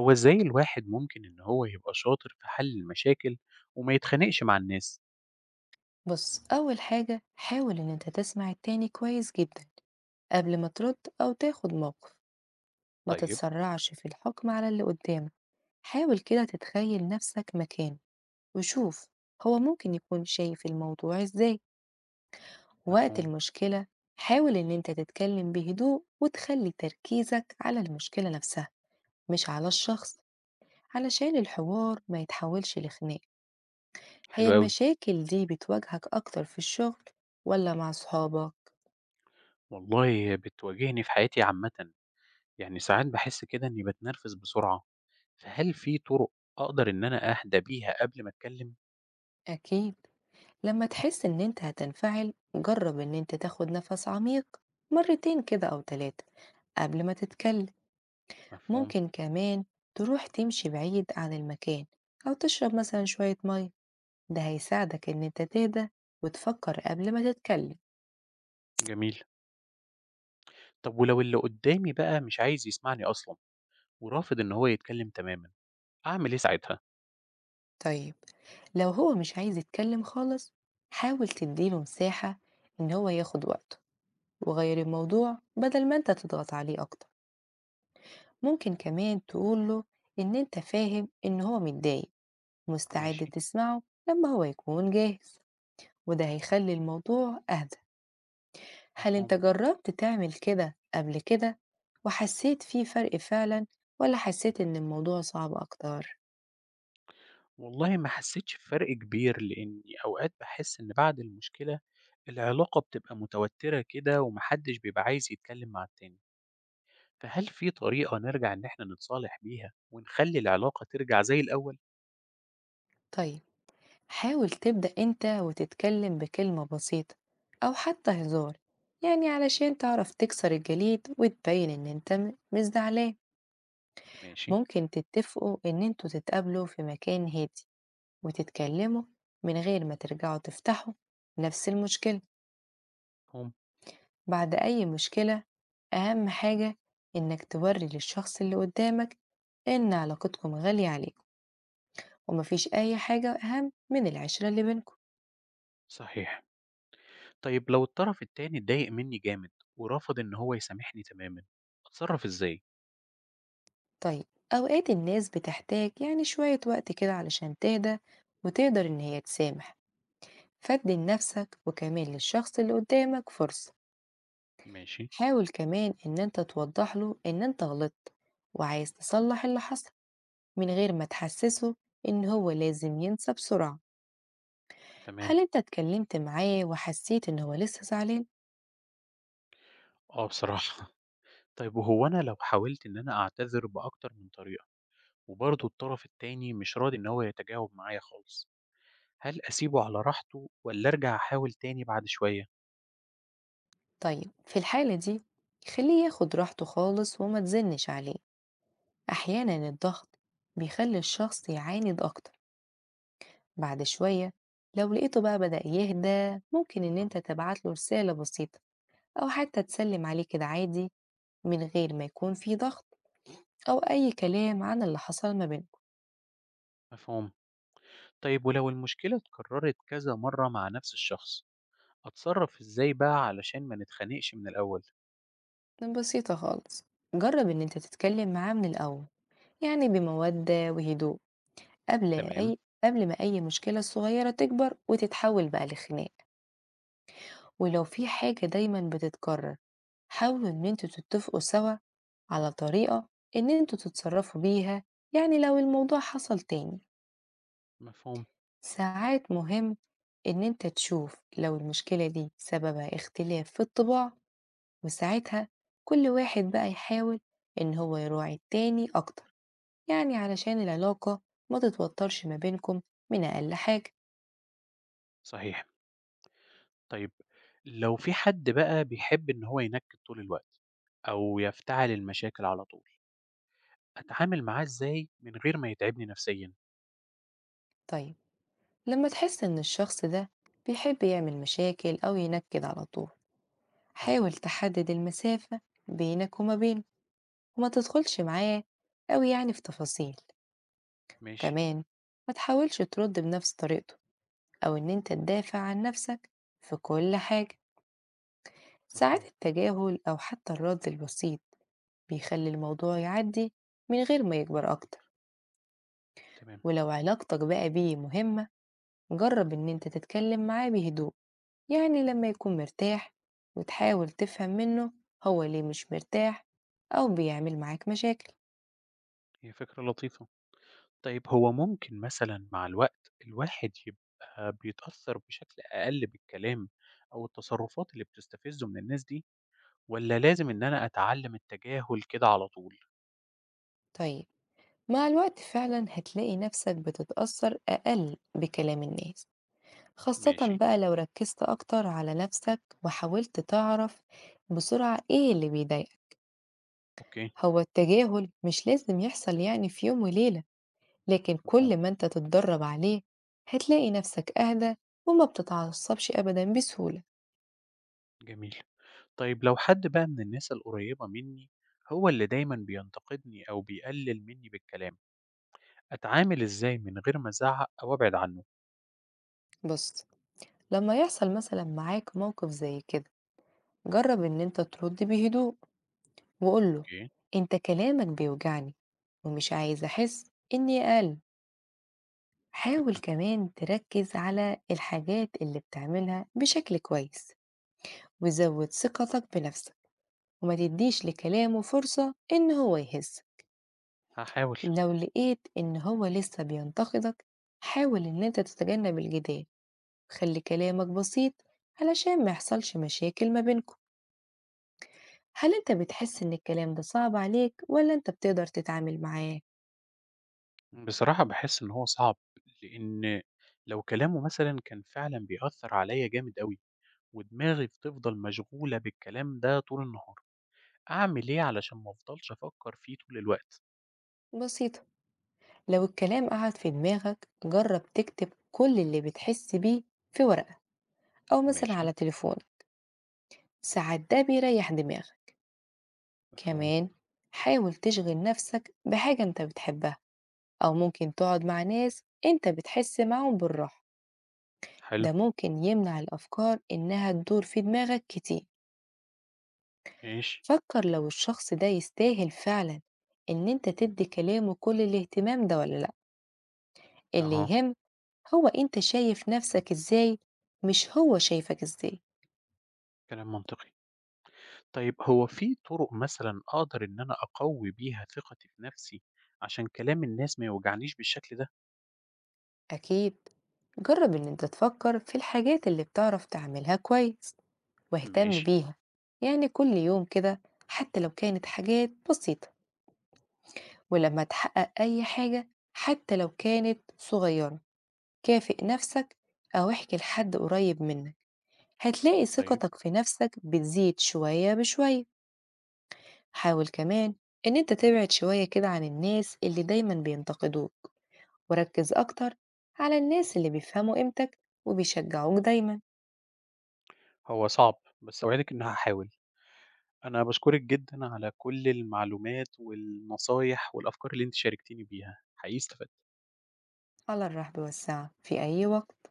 هو ازاي الواحد ممكن ان هو يبقى شاطر في حل المشاكل وما يتخانقش مع الناس؟ بص، أول حاجة حاول إن أنت تسمع التاني كويس جدا قبل ما ترد أو تاخد موقف. ما طيب. تتسرعش في الحكم على اللي قدامك. حاول كده تتخيل نفسك مكانه وشوف هو ممكن يكون شايف الموضوع إزاي وقت مفهوم. المشكلة. حاول إن أنت تتكلم بهدوء وتخلي تركيزك على المشكلة نفسها، مش على الشخص، علشان الحوار ما يتحولش لخناق. حلو هي قوي. المشاكل دي بتواجهك أكتر في الشغل ولا مع صحابك؟ والله بتواجهني في حياتي عامة، يعني ساعات بحس كده اني بتنرفز بسرعة، فهل في طرق اقدر ان انا اهدى بيها قبل ما اتكلم؟ أكيد، لما تحس إن أنت هتنفعل جرب إن أنت تاخد نفس عميق مرتين كده أو تلاتة قبل ما تتكلم. مفهوم. ممكن كمان تروح تمشي بعيد عن المكان، أو تشرب مثلا شوية مية، ده هيساعدك إن أنت تهدى وتفكر قبل ما تتكلم. جميل. طب ولو اللي قدامي بقى مش عايز يسمعني اصلا، ورافض ان هو يتكلم تماما، اعمل ايه ساعتها؟ طيب، لو هو مش عايز يتكلم خالص حاول تديله مساحة إن هو ياخد وقته، وغير الموضوع بدل ما أنت تضغط عليه أكتر. ممكن كمان تقوله إن أنت فاهم إن هو متضايق، مستعد ماشي. تسمعه لما هو يكون جاهز، وده هيخلي الموضوع أهدى. هل أنت مفهوم. جربت تعمل كده قبل كده وحسيت فيه فرق فعلا، ولا حسيت إن الموضوع صعب أكتر؟ والله ما حسيتش بفرق كبير، لإني أوقات باحس إن بعد المشكلة العلاقة بتبقى متوترة كده وما حدش بيبقى عايز يتكلم مع التاني، فهل في طريقة نرجع إن إحنا نتصالح بيها ونخلي العلاقة ترجع زي الأول؟ طيب، حاول تبدأ أنت وتتكلم بكلمة بسيطة أو حتى هزار، يعني علشان تعرف تكسر الجليد وتبين إن أنت مش زعلان. ماشي، ممكن تتفقوا إن أنتوا تتقابلوا في مكان هادي وتتكلموا، من غير ما ترجعوا تفتحوا نفس المشكلة. مفهوم، بعد أي مشكلة أهم حاجة إنك توري للشخص اللي قدامك إن علاقتكم غالية عليكم، ومفيش أي حاجة أهم من العشرة اللي بينكم. صحيح. طيب لو الطرف التاني اتضايق مني جامد ورفض إن هو يسامحني تمامًا، أتصرف إزاي؟ طيب، أوقات الناس بتحتاج يعني شوية وقت كده علشان تهدى وتقدر إن هي تسامح، فدي لنفسك وكمان للشخص اللي قدامك فرصة. ماشي. حاول كمان إن أنت توضح له إن أنت غلطت وعايز تصلح اللي حصل، من غير ما تحسسه إن هو لازم ينسى بسرعة. تمام. هل انت اتكلمت معاه وحسيت ان هو لسه زعلان؟ آه بصراحة. طيب وهو أنا لو حاولت إن أنا أعتذر بأكتر من طريقة وبرضه الطرف التاني مش راضي إن هو يتجاوب معايا خالص، هل أسيبه على راحته والّا أرجع أحاول تاني بعد شوية؟ طيب، في الحالة دي خليه ياخد راحته خالص وما تزنش عليه. احيانا الضغط بيخلي الشخص يعاند اكتر. بعد شوية، لو لقيته بقى بدأ يهدى ممكن ان انت أها. تبعت له رسالة بسيطة، او حتى تسلم عليه كده عادي، من غير ما يكون في ضغط او اي كلام عن اللي حصل ما بينكم. مفهوم. طيب ولو المشكلة اتكررت كذا مرة مع نفس الشخص، أتصرف إزاي بقى علشان ما نتخانقش من الأول؟ بسيطة خالص، جرب ان انت تتكلم معاه من الاول، يعني بمودة وهدوء، قبل تمام. أي قبل ما أي مشكلة صغيرة تكبر وتتحول بقى لخناق. ولو في حاجة دايما بتتكرر، حاولوا إن انتوا تتفقوا سوا على طريقة إن انتوا تتصرفوا بيها، يعني لو الموضوع حصل تاني. مفهوم. ساعات مهم إن انت تشوف لو المشكلة دي سببها اختلاف في الطباع، وساعتها كل واحد بقى يحاول إن هو يراعي التاني أكتر، يعني علشان العلاقة ما تتوترش ما بينكم من أقل حاجة. صحيح. طيب لو في حد بقى بيحب إن هو ينكد طول الوقت أو يفتعل المشاكل على طول، أتعامل معاه إزاي من غير ما يتعبني نفسيًا؟ طيب، لما تحس إن الشخص ده بيحب يعمل مشاكل أو ينكد على طول أها. حاول تحدد المسافة بينك وما بينه، وما تدخلش معاه أو يعني في تفاصيل. ماشي. وكمان ما تحاولش ترد بنفس طريقته، أو إن أنت تدافع عن نفسك في كل حاجة. ساعات مفهوم. التجاهل أو حتى الرد البسيط بيخلي الموضوع يعدي من غير ما يكبر أكتر. تمام. ولو علاقتك بقى بيه مهمة جرب إن أنت تتكلم معاه بهدوء، يعني لما يكون مرتاح، وتحاول تفهم منه هو ليه مش مرتاح أو بيعمل معاك مشاكل. هي فكرة لطيفة. طيب هو ممكن مثلًا مع الوقت الواحد يبقى بيتأثّر بشكل أقل بالكلام أو التصرّفات اللي بتستفزّه من الناس دي، والّا لازم إن أنا أتعلّم التجاهل كده على طول؟ طيب، مع الوقت فعلا هتلاقي نفسك بتتأثر أقل بكلام الناس، خاصة ماشي. بقى لو ركزت أكتر على نفسك وحاولت تعرف بسرعة إيه اللي بيضايقك. أوكي. هو التجاهل مش لازم يحصل يعني في يوم وليلة، لكن مفهوم. كل ما انت تتدرب عليه هتلاقي نفسك أهدى وما بتتعصبش أبدا بسهولة. جميل. طيب لو حد بقى من الناس القريّبة منّي هو اللي دايمًا بينتقدني أو بيقلِّل منّي بالكلام، أتعامل إزاي من غير ما أزعّق أو أبعد عنّه؟ بص، لما يحصل مثلا معاك موقف زي كده جرب ان انت ترد بهدوء وقوله أوكي. انت كلامك بيوجعني ومش عايز احس اني اقل. حاول فكرة. كمان تركز على الحاجات اللي بتعملها بشكل كويس، وزود ثقتك بنفسك، وما تديش لكلامه فرصة ان هو يهز. هاحاول. لو لقيت ان هو لسه بينتقدك حاول ان انت تتجنب الجدال، خلي كلامك بسيط علشان ما يحصلش مشاكل ما بينكم. هل أنت بتحس إن الكلام ده صعب عليك، ولا أنت بتقدر تتعامل معاه؟ بصراحة باحس إن هو صعب، لإن لو كلامه مثلًا كان فعلًا بيأثّر عليّا جامد أوي، ودماغي بتفضل مشغولة بالكلام ده طول النهار، أعمل إيه علشان ما أفضلش أفكّر فيه طول الوقت؟ بسيطة، لو الكلام قعد في دماغك جرب تكتب كل اللي بتحس بيه في ورقة، أو مثلا ماشي. على تليفون، ساعات ده بيريح دماغك. مفهوم. كمان، حاول تشغل نفسك بحاجة أنت بتحبها، أو ممكن تقعد مع ناس أنت بتحس معاهم بالراحة، حلو. ده ممكن يمنع الأفكار إنها تدور في دماغك كتير. ماشي. فكر لو الشخص ده يستاهل فعلا إن أنت تدي كلامه كل الاهتمام ده ولا لأ. اللي أها. يهم هو أنت شايف نفسك إزاي، مش هو شايفك إزاي. كلام منطقي. طيب هو في طُرق مثلًا أقدر إن أنا أقوّي بيها ثقتي في نَفْسي عشان كلام الناس ما يوجعنيش بالشكل ده؟ أكيد، جرب إن أنت تفكر في الحاجات اللي بتعرف تعملها كويس واهتم ماشي. بيها، يعني كل يوم كده، حتى لو كانت حاجات بسيطة. ولما تحقق أي حاجة حتى لو كانت صغيرة كافئ نفسك أو احكي لحد قريب منك، هتلاقي طيب. ثقتك في نفسك بتزيد شوية بشوية. حاول كمان إن أنت تبعد شوية كده عن الناس اللي دايما بينتقدوك، وركز أكتر على الناس اللي بيفهموا قيمتك وبيشجعوك دايما. هو صعب، بس أوعدِك إني هاحاول. أنا باشكرِك جدًا على كل المعلومات والنصايح والأفكار اللي أنتِ شاركتيني بيها، حقيقي استفدت. على الرحب والسعة في أي وقت.